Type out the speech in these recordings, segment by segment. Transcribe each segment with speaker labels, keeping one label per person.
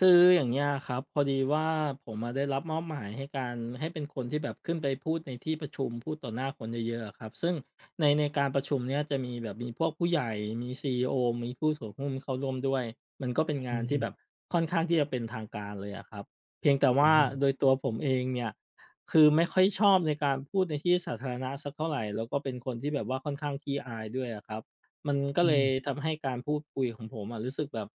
Speaker 1: คืออย่างเงี้ยครับพอดีว่าผมได้รับมอบหมายให้การให้เป็นคนที่แบบขึ้นไปพูดในที่ประชุมพูดต่อหน้าคนเยอะๆอะครับซึ่งในการประชุมเนี่ยจะมีแบบมีพวกผู้ใหญ่มีซีอีโอมีผู้ถือหุ้นเข้าร่วมด้วยมันก็เป็น
Speaker 2: อื
Speaker 1: งาน
Speaker 2: ม
Speaker 1: ที่แบบค่อนข้างที่จะเป็นทางการเลยอะครับเพียงแต่
Speaker 2: อื
Speaker 1: ว่า
Speaker 2: ม
Speaker 1: โดยตัวผมเองเนี่ยคือไม่ค่อยชอบในการพูดในที่สาธารณะสักเท่าไหรแล้วก็เป็นคนที่แบบว่าค่อนข้างขี้อายด้วยอะครับมันก็เล
Speaker 2: อื
Speaker 1: ย
Speaker 2: ม
Speaker 1: ทำให้การพูดคุยของผมอะรู้สึกแบบ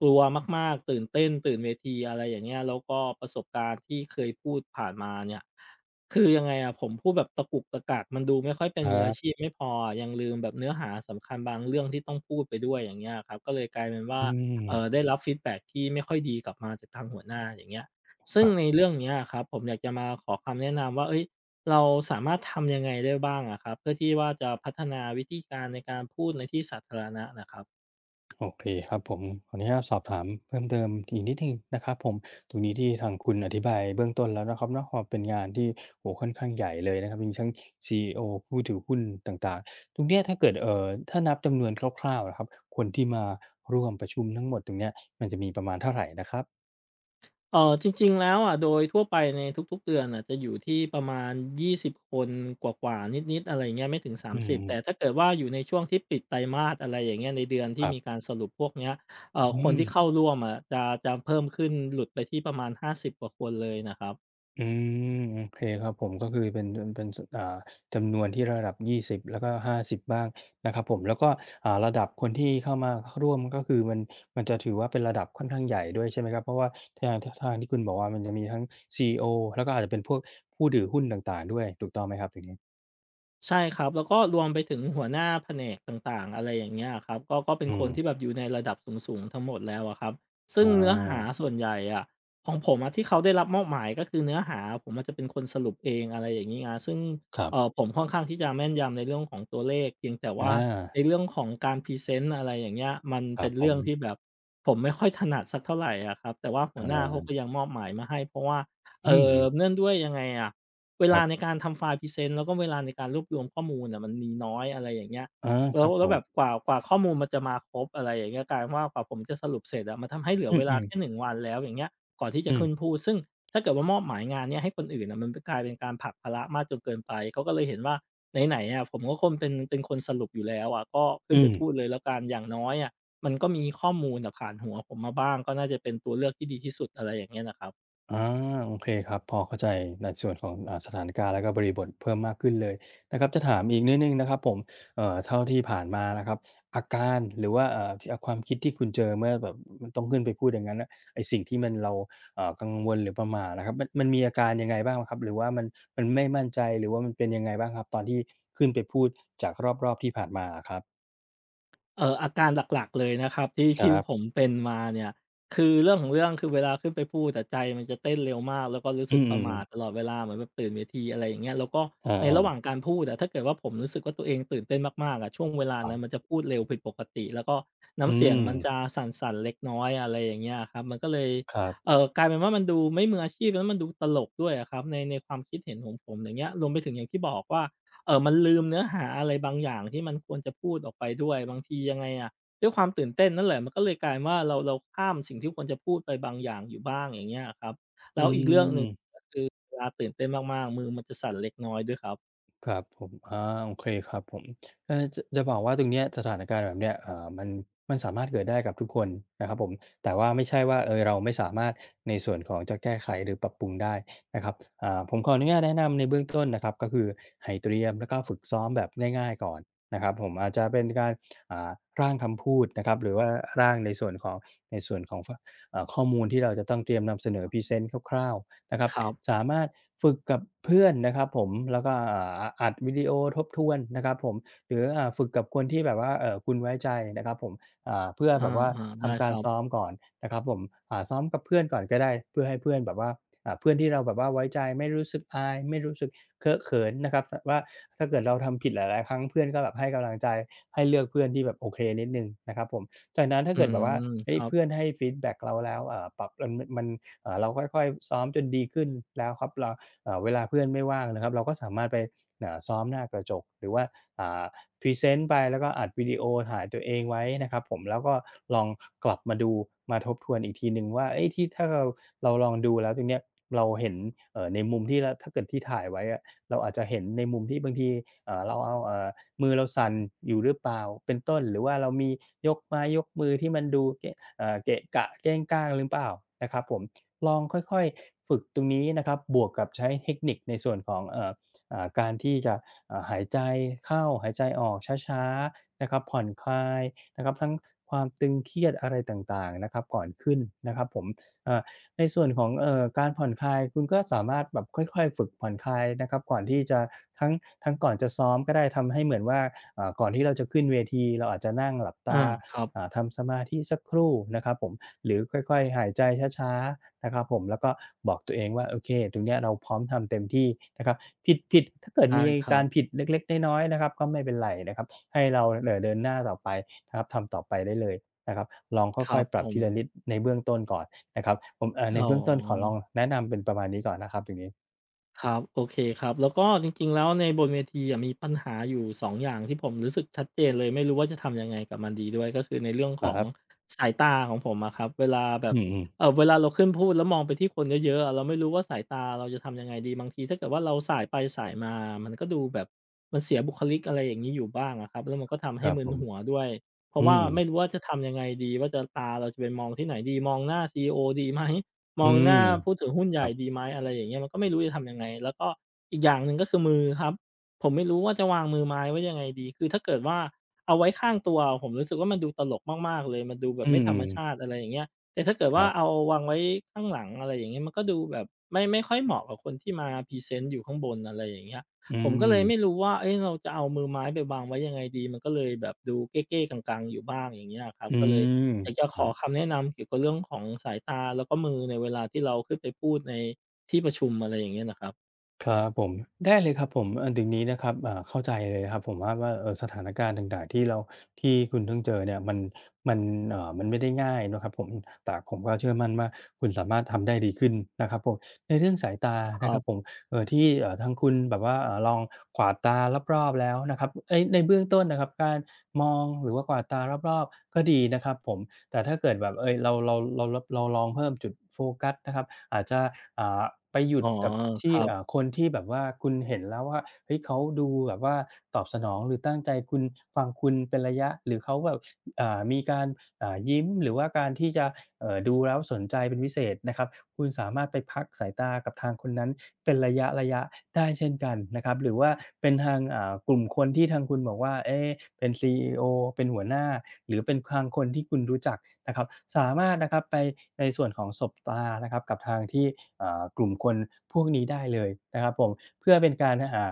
Speaker 1: กลัวมากๆตื่นเต้นตื่นเวทีอะไรอย่างเงี้ยแล้วก็ประสบการณ์ที่เคยพูดผ่านมาเนี่ยคือยังไงอะผมพูดแบบตะกุกตะกักมันดูไม่ค่อยเป็น
Speaker 2: ครั
Speaker 1: มืออาชี
Speaker 2: บ
Speaker 1: พไม่พออะยังลืมแบบเนื้อหาสำคัญบางเรื่องที่ต้องพูดไปด้วยอย่างเงี้ยอะครับก็เลยกลายเป็นว่า
Speaker 2: อืม
Speaker 1: ได้รับฟีดแบ็กที่ไม่ค่อยดีกลับมาจากทางหัวหน้าอย่างเงี้ยซึ่
Speaker 2: ค
Speaker 1: ง
Speaker 2: รับ
Speaker 1: ในเรื่องเนี้ยอะครับผมอยากจะมาขอคำแนะนำว่าเฮ้ยเราสามารถทำยังไงได้บ้างอะครับเพื่อที่ว่าจะพัฒนาวิธีการในการพูดในที่สาธารณะน่ะครับ
Speaker 2: โอเคครับผม ขออนุญาตสอบถามเพิ่มเติมอีกนิดหนึ่งนะครับผมตรงนี้ที่ทางคุณอธิบายเบื้องต้นแล้วนะครับเนาะว่าเป็นงานที่โอ้โฮค่อนข้างใหญ่เลยนะครับมีทั้งซีอีโอผู้ถือหุ้นต่างๆตรงเนี้ยถ้าเกิดถ้านับจำนวนคร่าวๆอะครับคนที่มาร่วมประชุมทั้งหมดตรงเนี้ยมันจะมีประมาณเท่าไรนะครับ
Speaker 1: เออจริงๆแล้วอะโดยทั่วไปในทุกๆเดือนอ่ะจะอยู่ที่ประมาณ20คนกว่าๆนิดๆอะไรเงี้ยไม่ถึง
Speaker 2: อืม
Speaker 1: 30แต่
Speaker 2: ๆ
Speaker 1: ถ้าเกิดว่าอยู่ในช่วงที่ปิดไตรมาสอะไรอย่างเงี้ยในเดือน
Speaker 2: ค
Speaker 1: ที่
Speaker 2: รั
Speaker 1: มีกา
Speaker 2: บ
Speaker 1: รสรุปพวกเนี้ย
Speaker 2: อื
Speaker 1: คน
Speaker 2: ม
Speaker 1: ที่เข้าร่วมอะจะเพิ่มขึ้นหลุดไปที่ประมาณ50กว่าคนเลยนะครับ
Speaker 2: อืมโอเคครับผมก็คือเป็นสอ่าจำนวนที่ระดับ 20 แล้วก็ 50บบ้างนะครับผมแล้วก็อ่าระดับคนที่เข้ามาร่วมก็คือมันจะถือว่าเป็นระดับค่อนข้างใหญ่ด้วยใช่ไหมครับเพราะว่าทางททางที่คุณบอกว่ามันจะมีทั้งซีอีโอแล้วก็อาจจะเป็นพวกผู้ถือหุ้นต่างๆด้วยถูกต้องไหมครับตรงนี้
Speaker 1: ใช่ครับแล้วก็รวมไปถึงหัวหน้าแผนกต่างๆอะไรอย่างเงี้ยะครับก็เป็น
Speaker 2: อื
Speaker 1: ค
Speaker 2: ม
Speaker 1: นที่แบบอยู่ในระดับสูงๆทั้งหมดแล้วอะครับ
Speaker 2: อ
Speaker 1: ซึ่งเนื้อหา
Speaker 2: า
Speaker 1: ส่วนใหญ่อะของผมอะที่เขาได้รับมอบหมายก็คือเนื้อหาผมอาจจะเป็นคนสรุปเองอะไรอย่างงี้ไงซึ่ง
Speaker 2: ครับ
Speaker 1: เออผมค่อนข้างที่จะแม่นยำในเรื่องของตัวเลขเพียงแต่
Speaker 2: อ
Speaker 1: ว่าใน
Speaker 2: า
Speaker 1: เรื่องของการพรีเซนต์อะไรอย่างเงี้ยมัน
Speaker 2: ครั
Speaker 1: เป็
Speaker 2: บ
Speaker 1: น
Speaker 2: ผ
Speaker 1: เรื่อ
Speaker 2: ม
Speaker 1: งที่แบบผมไม่ค่อยถนัดสักเท่าไหรอะครับแต่ว่าหั
Speaker 2: อ
Speaker 1: วหน้าเขาก็
Speaker 2: า
Speaker 1: ยังมอบหมายมาให้เพราะว่าเอ
Speaker 2: อืม
Speaker 1: เนื่องด้วยยังไงอะ เว
Speaker 2: ค
Speaker 1: ลา
Speaker 2: รั
Speaker 1: ใน
Speaker 2: บ
Speaker 1: การทำไฟล์พรีเซนต์แล้วก็เวลาในการรวบรวมข้อมูลน่ะมันมีน้อยอะไรอย่างเงี้ย
Speaker 2: อาค
Speaker 1: แล้ว
Speaker 2: รับผ
Speaker 1: แล้วแบบ
Speaker 2: ม
Speaker 1: กว่าข้อมูลมันจะมาครบอะไรอย่างเงี้ยกลายเป็นว่ากว่าผมจะสรุปเสร็จอะมันทำให้เหลือเวลา
Speaker 2: อือๆ
Speaker 1: แค่1วันแล้วอย่างเงี้ยก่อนที่จะ
Speaker 2: อืม
Speaker 1: ขึ้นพูดซึ่งถ้าเกิดว่ามอบหมายงานเนี้ยให้คนอื่นน่ะมันกลายเป็นการผลักภาระมากจนเกินไปเขาก็เลยเห็นว่าไหนๆอะผมก็คนเป็นคนสรุปอยู่แล้วอะก็ขึ้น
Speaker 2: อื
Speaker 1: ไป
Speaker 2: ม
Speaker 1: พูดเลยแล้วกันอย่างน้อยอะมันก็มีข้อมูลน่ะผ่านหัวผมมาบ้างก็น่าจะเป็นตัวเลือกที่ดีที่สุดอะไรอย่างเงี้ยน่ะครับ
Speaker 2: อาโอเคครับพอเข้าใจในส่วนของอ่าสถานการณ์แล้วก็บริบทเพิ่มมากขึ้นเลยนะครับจะถามอีกนิดหนึ่งนะครับผมเท่าที่ผ่านมานะครับอาการหรือว่าที่อาความคิดที่คุณเจอเมื่อแบบมันต้องขึ้นไปพูดอย่างงั้นน่ะไอ้สิ่งที่มันเรากังวลหรือประหม่านะครับมันมีอาการยังไงบ้างครับหรือว่ามันไม่มั่นใจหรือว่ามันเป็นยังไงบ้างครับตอนที่ขึ้นไปพูดจากรอบๆที่ผ่านมาอะครับ
Speaker 1: อาการหลักๆเลยนะครับที่
Speaker 2: ค
Speaker 1: ที่
Speaker 2: รั
Speaker 1: ผม
Speaker 2: บ
Speaker 1: เป็นมาเนี่ยคือเรื่องของเรื่องคือเวลาขึ้นไปพูดอะใจมันจะเต้นเร็วมากแล้วก็รู้
Speaker 2: อื
Speaker 1: สึกประห
Speaker 2: ม
Speaker 1: ม่าตล
Speaker 2: ๆ
Speaker 1: อดเวลาเหมือนแบบตื่นเวทีอะไรอย่างเงี้ยแล้วก็
Speaker 2: อ
Speaker 1: ในระหว่าง
Speaker 2: า
Speaker 1: การพูดอะถ้าเกิดว่าผมรู้สึกว่าตัวเองตื่นเต้นมากๆอะช่วงเวลา
Speaker 2: ๆครั
Speaker 1: นั้นมัน
Speaker 2: บ
Speaker 1: จะพูดเร็วผิดปกติแล้วก็น้ำ
Speaker 2: อื
Speaker 1: เสียง
Speaker 2: ม
Speaker 1: มันจะสั่นๆเล็กน้อยอะไรอย่างเงี้ยครับมันก็เลย
Speaker 2: ครับ
Speaker 1: กลายเป็นว่ามันดูไม่มืออาชีพแล้วมันดูตลกด้วยอะครับในความคิดเห็นของผมอย่างเงี้ยรวมไปถึงอย่างที่บอกว่า เออมันลืมเนื้อหาอะไรบางอย่างที่มันควรจะพูดออกไปด้วยบางทียังไงอะด้วยความตื่นเต้นนั่นแหละมันก็เลยกลายว่าเราข้ามสิ่งที่ควรจะพูดไปบางอย่างอยู่บ้างอย่างเงี้ยครับ
Speaker 2: อื
Speaker 1: แล้วอีกเรื่องห
Speaker 2: ม
Speaker 1: นึ่งก็คือเวลาตื่นเต้นมากๆมือมันจะสั่นเล็กน้อยด้วยครับ
Speaker 2: ครับผมอาโอเคครับผมจะบอกว่าตรงเนี้ยสถานการณ์แบบเนี้ยอ่ามันมันสามารถเกิดได้กับทุกคนนะครับผมแต่ว่าไม่ใช่ว่าเออเราไม่สามารถในส่วนของจะแก้ไขหรือปรับปรุงได้นะครับอ่าผมขออนุญาตแนะนำในเบื้องต้นนะครับก็คือให้เตรียมแล้วก็ฝึกซ้อมแบบง่ายๆก่อนนะครับผมอาจจะเป็นการอ่าร่างคำพูดนะครับหรือว่าร่างในส่วนของ ข้อมูลที่เราจะต้องเตรียมนำเสนอพรีเซนต์คร่าวๆนะครับ
Speaker 1: ครับ
Speaker 2: สามารถฝึกกับเพื่อนนะครับผมแล้วก็อ่าอัดวิดีโอทบทวนนะครับผมหรืออ่าฝึกกับคนที่แบบว่าคุณไว้ใจนะครับผมอ่าเพื่อ
Speaker 1: อา
Speaker 2: แบบว่า
Speaker 1: อ่าได้
Speaker 2: ทำ
Speaker 1: ค
Speaker 2: การ
Speaker 1: รับ
Speaker 2: ซ้อมก่อนนะครับผมอ่าซ้อมกับเพื่อนก่อนก็ได้เพื่อให้เพื่อนแบบว่าอ่าเพื่อนที่เราแบบว่าไว้ใจไม่รู้สึกอายไม่รู้สึกเคอะเขินนะครับสว่าถ้าเกิดเราทำผิดหลายๆครั้งเพื่อนก็แบบให้กำลังใจให้เลือกเพื่อนที่แบบโอเคนิดหนึ่งนะครับผม จากนั้นถ้า
Speaker 1: อื
Speaker 2: เกิดแบบ
Speaker 1: ม
Speaker 2: ว่า
Speaker 1: ค
Speaker 2: เฮ้ย
Speaker 1: รั
Speaker 2: เพื่อน
Speaker 1: บ
Speaker 2: ให้ฟีดแบ็กเราแล้วปรับมันมันเราค่อยๆซ้อมจนดีขึ้นแล้วครับเราเวลาเพื่อนไม่ว่างนะครับเราก็สามารถไปซ้อมหน้ากระจกหรือว่าพรีเซนต์ไปแล้วก็อัดวิดีโอถ่ายตัวเองไว้นะครับผมแล้วก็ลองกลับมาดูมาทบทวนอีกทีหนึ่งว่าเอ้ยที่ถ้าเราลองดูแล้วตรงเนี้ยเราเห็นในมุมที่เราถ้าเกิดที่ถ่ายไว้อะเราอาจจะเห็นในมุมที่บางทีเราเอา มือเราสั่นอยู่หรือเปล่าเป็นต้นหรือว่าเรามียกไม้ยกมือที่มันดูเกะเกะกะเก้งก้างหรือเปล่านะครับผมลองค่อยๆฝึกตรงนี้นะครับบวกกับใช้เทคนิคในส่วนของอ่าการที่จะอ่าหายใจเข้าหายใจออกช้าๆนะครับผ่อนคลายนะครับทั้งความตึงเครียดอะไรต่างๆนะครับก่อนขึ้นนะครับผมอ่า ในส่วนของการผ่อนคลายคุณก็สามารถแบบค่อยๆฝึกผ่อนคลายนะครับก่อนที่จะทั้งทั้งก่อนจะซ้อมก็ได้ทำให้เหมือนว่าก่อนที่เราจะขึ้นเวทีเราอาจจะนั่งหลับ
Speaker 1: อา
Speaker 2: ตา
Speaker 1: ครั
Speaker 2: อ่า
Speaker 1: บ
Speaker 2: ทำสมาธิสักครู่นะครับผมหรือค่อยๆหายใจช้าๆนะครับผมแล้วก็บอกตัวเองว่าโอเคตรงเนี้ยเราพร้อมทำเต็มที่นะครับผิดถ้าเกิด
Speaker 1: ได้
Speaker 2: มี
Speaker 1: ครั
Speaker 2: กา
Speaker 1: บ
Speaker 2: รผิดเล็กๆน้อยๆนะครับก็ไม่เป็นไรนะครับให้เราเดินหน้าต่อไปนะครับทำต่อไปได้เลยนะครับลองค่
Speaker 1: ครั
Speaker 2: อย
Speaker 1: บ
Speaker 2: ๆป
Speaker 1: ผ
Speaker 2: รับ
Speaker 1: ม
Speaker 2: ทีละนิดในเบื้องต้นก่อน นะครับผมใน
Speaker 1: อ๋อ
Speaker 2: เบื้องต้นขอลองแนะนำเป็นประมาณนี้ก่อนนะครับตรงนี้
Speaker 1: ครับโอเคครับแล้วก็จริงๆแล้วในบนเวทีอะมีปัญหาอยู่2องอย่างที่ผมรู้สึกชัดเจนเลยไม่รู้ว่าจะทำยังไงกับมันดีด้วยก็คือในเรื่อง
Speaker 2: ค
Speaker 1: ของ
Speaker 2: รับ
Speaker 1: สายตาของผมอะครับเวลาแบบ
Speaker 2: อืมๆ
Speaker 1: เวลาเราขึ้นพูดแล้วมองไปที่คนเยอะๆอะเราไม่รู้ว่าสายตาเราจะทำยังไงดีบางทีถ้าเกิดว่าเราส่ายไปส่ายมามันก็ดูแบบมันเสียบุคลิกอะไรอย่างงี้อยู่บ้างอะครับแล้วมันก็ทำ
Speaker 2: ค
Speaker 1: ให้
Speaker 2: รับ
Speaker 1: มึ
Speaker 2: ผ
Speaker 1: น
Speaker 2: ม
Speaker 1: หัวด้วยเพราะ
Speaker 2: อื
Speaker 1: ว่า
Speaker 2: ม
Speaker 1: ไม่รู้ว่าจะทำยังไงดีว่าจะตาเราจะไปมองที่ไหนดีมองหน้าซีอีโอดีไหม ม
Speaker 2: อื
Speaker 1: องห
Speaker 2: ม
Speaker 1: น้าผู้ถือหุ้นให
Speaker 2: ค
Speaker 1: ญ่
Speaker 2: รั
Speaker 1: ดี
Speaker 2: บ
Speaker 1: ไหมอะไรอย่างเงี้ยมันก็ไม่รู้จะทำยังไงแล้วก็อีกอย่างหนึ่งก็คือมือครับผมไม่รู้ว่าจะวางมือไม้ไว้ยังไงดีคือถ้าเกิดว่าเอาไว้ข้างตัวผมรู้สึกว่ามันดูตลกมากๆเลยมันดูแบบ
Speaker 2: อื
Speaker 1: ไม่
Speaker 2: ม
Speaker 1: ธรรมชาติ
Speaker 2: ๆ
Speaker 1: อะไรอย่างเงี้ยแต่ถ้าเกิด
Speaker 2: ค
Speaker 1: ว่า
Speaker 2: รั
Speaker 1: เอา
Speaker 2: บ
Speaker 1: วางไว้ข้างหลังอะไรอย่างเงี้ยมันก็ดูแบบไม่ค่อยเหมาะกับคนที่มาพรีเซนต์อยู่ข้างบนอะไรอย่างเงี้ย
Speaker 2: อื
Speaker 1: ผมก็เลยไม่
Speaker 2: ม
Speaker 1: รู้ว่าเอ๊ะเราจะเอามือไม้ไปวางไว้ยังไงดีมันก็เลยแบบดูเก้ๆกังๆอยู่บ้างอย่างเงี้ยอะครับ
Speaker 2: อื
Speaker 1: ก็เลย
Speaker 2: ม
Speaker 1: อยากจะข
Speaker 2: ครั
Speaker 1: อ
Speaker 2: บ
Speaker 1: คำแนะนำเกี่ยวกับเรื่องของสายตาแล้วก็มือในเวลาที่เราขึ้นไปพูดในที่ประชุมอะไรอย่างเงี้ยนะครับ
Speaker 2: ครับผมได้เลยครับผมอันถึงนี้นะครับเข้าใจเลยครับผมว่าสถานการณ์ต่างๆที่เราที่คุณต้องเจอเนี่ยมันมันไม่ได้ง่ายเนาะครับผมแต่ผมก็เชื่อมั่นว่าคุณสามารถทำได้ดีขึ้นนะครับผมในเรื่องสายตา
Speaker 1: ค
Speaker 2: นะ
Speaker 1: รั
Speaker 2: ครับผม
Speaker 1: บ
Speaker 2: ที่ทางคุณแบบว่าลองกวาดตารอบๆแล้วนะครับเอ๊ยในเบื้องต้นนะครับการมองหรือว่ากวาดตารอบๆก็ดีนะครับผม แต่ถ้าเกิดแบบเอยเราเราลองเพิ่มจุดโฟกัสนะครับอาจจะอ่าไปหยุ
Speaker 1: อ๋
Speaker 2: ด
Speaker 1: อ
Speaker 2: กับ
Speaker 1: ค
Speaker 2: ที่
Speaker 1: รับ
Speaker 2: คนที่แบบว่าคุณเห็นแล้วว่าเฮ้ยเขาดูแบบว่าตอบสนองหรือตั้งใจคุณฟังคุณเป็นระยะหรือเขาแบบ มีการยิ้มหรือว่าการที่จะดูแล้วสนใจเป็นพิเศษนะครับคุณสามารถไปพักสายตากับทางคนนั้นเป็นระยะๆได้เช่นกันนะครับหรือว่าเป็นทางกลุ่มคนที่ทางคุณบอกว่าเอ๊ะเป็นซีอีโอเป็นหัวหน้าหรือเป็นทางคนที่คุณรู้จักนะครับสามารถนะครับไปในส่วนของสบตานะครับกับทางที่กลุ่มคนพวกนี้ได้เลยนะครับผมเพื่อเป็นการหา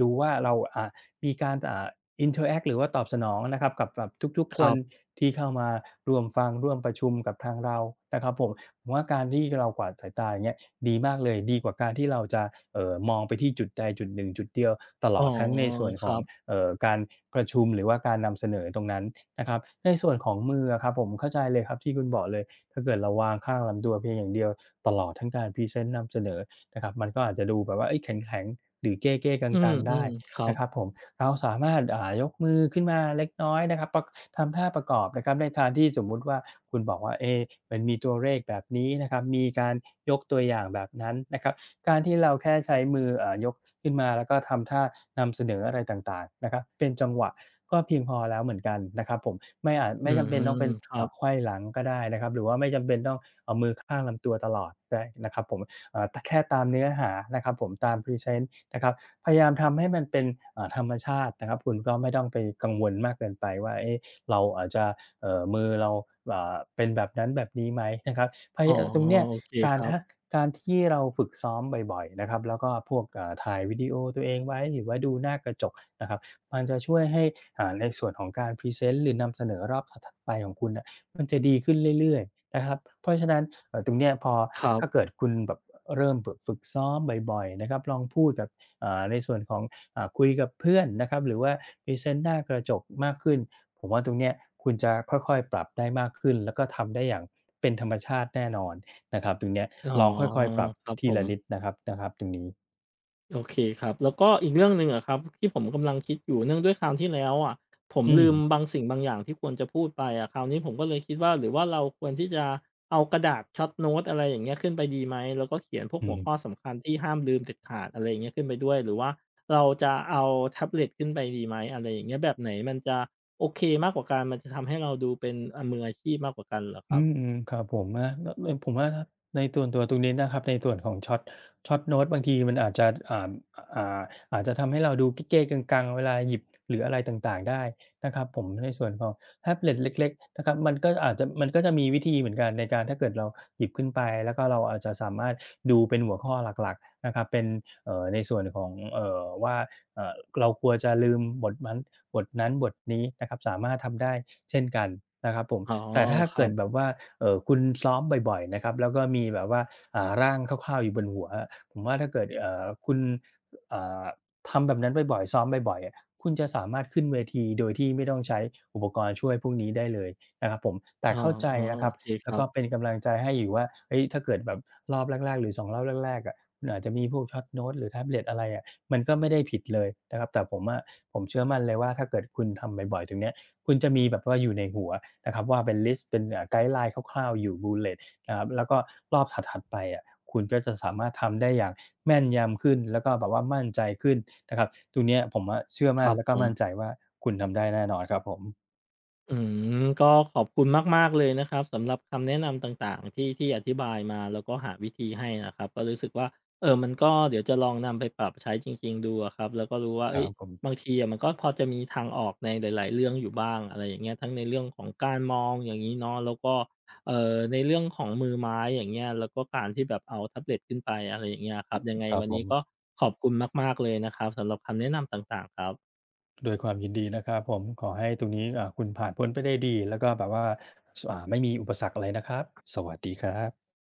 Speaker 2: ดูว่าเรามีการinteract หรือว่าตอบสนองนะครับกับทุก
Speaker 1: ค
Speaker 2: ๆค
Speaker 1: รั
Speaker 2: น
Speaker 1: บ
Speaker 2: ที่เข้ามาร่วมฟังร่วมประชุมกับทางเรานะครับผมผมว่าการที่เรากวาดสายตาอย่างเงี้ยดีมากเลยดีกว่าการที่เราจะมองไปที่จุดใดจุดหนึ่งจุดเดียวตล
Speaker 1: อ๋อ
Speaker 2: อดทั้งในส่วน
Speaker 1: ค
Speaker 2: ขอ
Speaker 1: รั
Speaker 2: ง
Speaker 1: บ
Speaker 2: การประชุมหรือว่าการนำเสนอตรงนั้นนะครับในส่วนของมืออะครับผมเข้าใจเลยครับที่คุณบอกเลยถ้าเกิดเราวางข้างลำตัวเพียงอย่างเดียวตลอดทั้งการพรีเซนต์นำเสนอนะครับมันก็อาจจะดูแบบว่าเฮ้ยแข็งๆหรือเก้ๆก
Speaker 1: อื
Speaker 2: ังๆได้
Speaker 1: มๆครั
Speaker 2: นะครับ
Speaker 1: บ
Speaker 2: ผม เราสามารถยกมือขึ้นมาเล็กน้อยนะครับประทำท่าประกอบนะครับในทางที่สมมุติว่าคุณบอกว่าเอะมันมีตัวเลขแบบนี้นะครับมีการยกตัวอย่างแบบนั้นนะครับการที่เราแค่ใช้มือยกขึ้นมาแล้วก็ทำท่านำเสนออะไรต่างๆนะครับเป็นจังหวะก็เพียงพอแล้วเหมือนกันนะครับผมไม่อาจ
Speaker 1: อื
Speaker 2: ไม่จำเป็นต้อง
Speaker 1: ม
Speaker 2: เป็น
Speaker 1: ครับ
Speaker 2: เอ่าไขว้หลังก็ได้นะครับหรือว่าไม่จำเป็นต้องเอามือข้างลำตัวตลอดได้นะครับผม แค่ตามเนื้อหานะครับผมตามพรีเซนต์นะครับพยายามทำให้มันเป็นธรรมชาตินะครับคุณก็ไม่ต้องไปกังวลมากเกินไปว่าเอ๊ะเราอาจจะมือเราเป็นแบบนั้นแบบนี้ไหมนะครับ
Speaker 1: อ๋อ
Speaker 2: ตรงเนี้ย
Speaker 1: โอเค
Speaker 2: กา
Speaker 1: ค
Speaker 2: ร
Speaker 1: รั
Speaker 2: ถ้า
Speaker 1: บ
Speaker 2: การที่เราฝึกซ้อมบ่อยๆนะครับแล้วก็พวกถ่ายวิดีโอตัวเองไว้หรือว่าดูหน้ากระจกนะครับมันจะช่วยให้ในส่วนของการพรีเซนต์หรือนำเสนอรอบถัดๆไปของคุณน่ะมันจะดีขึ้นเรื่อยๆนะครับเพราะฉะนั้น ตรงเนี้ยพอ
Speaker 1: ครั
Speaker 2: ถ้า
Speaker 1: บ
Speaker 2: เกิดคุณแบบเริ่มแบบฝึกซ้อมบ่อยๆนะครับลองพูดกับในส่วนของคุยกับเพื่อนนะครับหรือว่าพรีเซนต์หน้ากระจกมากขึ้นผมว่าตรงเนี้ยคุณจะค่อยๆปรับได้มากขึ้นแล้วก็ทำได้อย่างเป็นธรรมชาติแน่นอนนะครับตรงเนี้ย
Speaker 1: อ๋อ
Speaker 2: ลองค่อยๆปรับ
Speaker 1: ครับผ
Speaker 2: ทีละนิด
Speaker 1: ม
Speaker 2: นะครับนะครับตรงนี้
Speaker 1: โอเคครับแล้วก็อีกเรื่องหนึ่งอะครับที่ผมกำลังคิดอยู่เนื่องด้วยคราวที่แล้วอะผม
Speaker 2: อื
Speaker 1: ลืม
Speaker 2: ม
Speaker 1: บางสิ่งบางอย่างที่ควรจะพูดไปอะคราวนี้ผมก็เลยคิดว่าหรือว่าเราควรที่จะเอากระดาษช็อตโน้ตอะไรอย่างเงี้ยขึ้นไปดีไหมแล้วก็เขียนพวก
Speaker 2: อื
Speaker 1: หัว
Speaker 2: ม
Speaker 1: ข้อสำคัญที่ห้ามลืมเด็ดขาดอะไรอย่างเงี้ยขึ้นไปด้วยหรือว่าเราจะเอาแท็บเล็ตขึ้นไปดีไหมอะไรอย่างเงี้ยแบบไหนมันจะโอเคมากกว่ากันมันจะทำให้เราดูเป็นมืออาชีพมากกว่ากันเหรอครั
Speaker 2: อื
Speaker 1: บ
Speaker 2: มอืมครับผมนะแล้ว่ผมว่าในส่วนตัวตรงนี้นะครับในส่วนของช็อตโน้ตบางทีมันอาจจะอ่าอาจจะทำให้เราดูเก้ๆกังๆเวลาหยิบหรืออะไรต่างๆได้นะครับผมในส่วนของแท็บเล็ตเล็กๆนะครับมันก็จะมีวิธีเหมือนกันในการถ้าเกิดเราหยิบขึ้นไปแล้วก็เราอาจจะสามารถดูเป็นหัวข้อหลักๆนะครับเป็นในส่วนของว่าเอ่อเรากลัวจะลืมบทมัน บทนั้นบทนี้นะครับสามารถทำได้เช่นกันนะครับผม
Speaker 1: อ๋อ
Speaker 2: แต่ถ้า
Speaker 1: ครั
Speaker 2: เกิ
Speaker 1: บ
Speaker 2: ดแบบว่าคุณซ้อมบ่อยๆนะครับแล้วก็มีแบบว่าร่างคร่าวๆอยู่บนหัวผมว่าถ้าเกิดคุณอ่าทำแบบนั้นบ่อยๆซ้อมบ่อยๆอะคุณจะสามารถขึ้นเวทีโดยที่ไม่ต้องใช้อุปกรณ์ช่วยพวกนี้ได้เลยนะครับผมแต่
Speaker 1: อ๋อ
Speaker 2: เข้าใจนะ
Speaker 1: ๆ
Speaker 2: ค
Speaker 1: โอ
Speaker 2: รับ
Speaker 1: เคค
Speaker 2: แล้ว
Speaker 1: รั
Speaker 2: ก็เป็น
Speaker 1: บ
Speaker 2: กำลังใจให้อยู่ว่าเฮ้ยถ้าเกิดแบบรอบแรกๆหรือ2รอบแรกๆอะคุณอาจจะมีพวกช็อตโน้ตหรือแท็บเล็ตอะไรอะ มันก็ไม่ได้ผิดเลยนะครับแต่ผมอะผมเชื่อมั่นเลยว่าถ้าเกิดคุณทำบ่อยๆตรงเนี้ยคุณจะมีแบบว่าอยู่ในหัวนะครับว่าเป็นลิสต์เป็นไกด์ไลน์คร่าวๆอยู่ bullet นะครับแล้วก็รอบถัดๆไปอะคุณก็จะสามารถทำได้อย่างแม่นยำขึ้นแล้วก็แบบว่ามั่นใจขึ้นนะครับตรงเนี้ยผมอะเชื่อ
Speaker 1: ค
Speaker 2: มั่น
Speaker 1: รับ
Speaker 2: แล้ว
Speaker 1: ผ
Speaker 2: ก็
Speaker 1: ม
Speaker 2: มั่นใจว่าคุณทำได้แน่นอนครับผม
Speaker 1: อืมก็ขอบคุณมากๆเลยนะครับสำหรับคำแนะนำต่างๆที่อธิบายมาแล้วก็หาวิธีให้นะครับก็รู้สึกว่าเออมันก็เดี๋ยวจะลองนำไปปรับใช้จริงๆดูอะครับแล้วก็รู้ว่า
Speaker 2: ค
Speaker 1: เอ้
Speaker 2: รั
Speaker 1: ย
Speaker 2: บผ
Speaker 1: บาง
Speaker 2: ม
Speaker 1: ทีอะมันก็พอจะมีทางออกในหลายๆเรื่องอยู่บ้างอะไรอย่างเงี้ยทั้งในเรื่องของการมองอย่างนี้เนาะแล้วก็ในเรื่องของมือไม้อย่างเงี้ยแล้วก็การที่แบบเอาแท็บเล็ตขึ้นไปอะไรอย่างเงี้ยครับยังไง
Speaker 2: ครับ
Speaker 1: วัน
Speaker 2: ผ
Speaker 1: นี้ก็
Speaker 2: ม
Speaker 1: ขอบคุณมากๆเลยนะครับสำหรับคำแนะนำต่างๆครับ
Speaker 2: ด้วยความยินดีนะครับผมขอให้ตรงนี้คุณผ่านพ้นไปได้ดีแล้วก็แบบว่าสอ่าไม่มีอุปสรรคอะไรนะครับสวัสดีครับ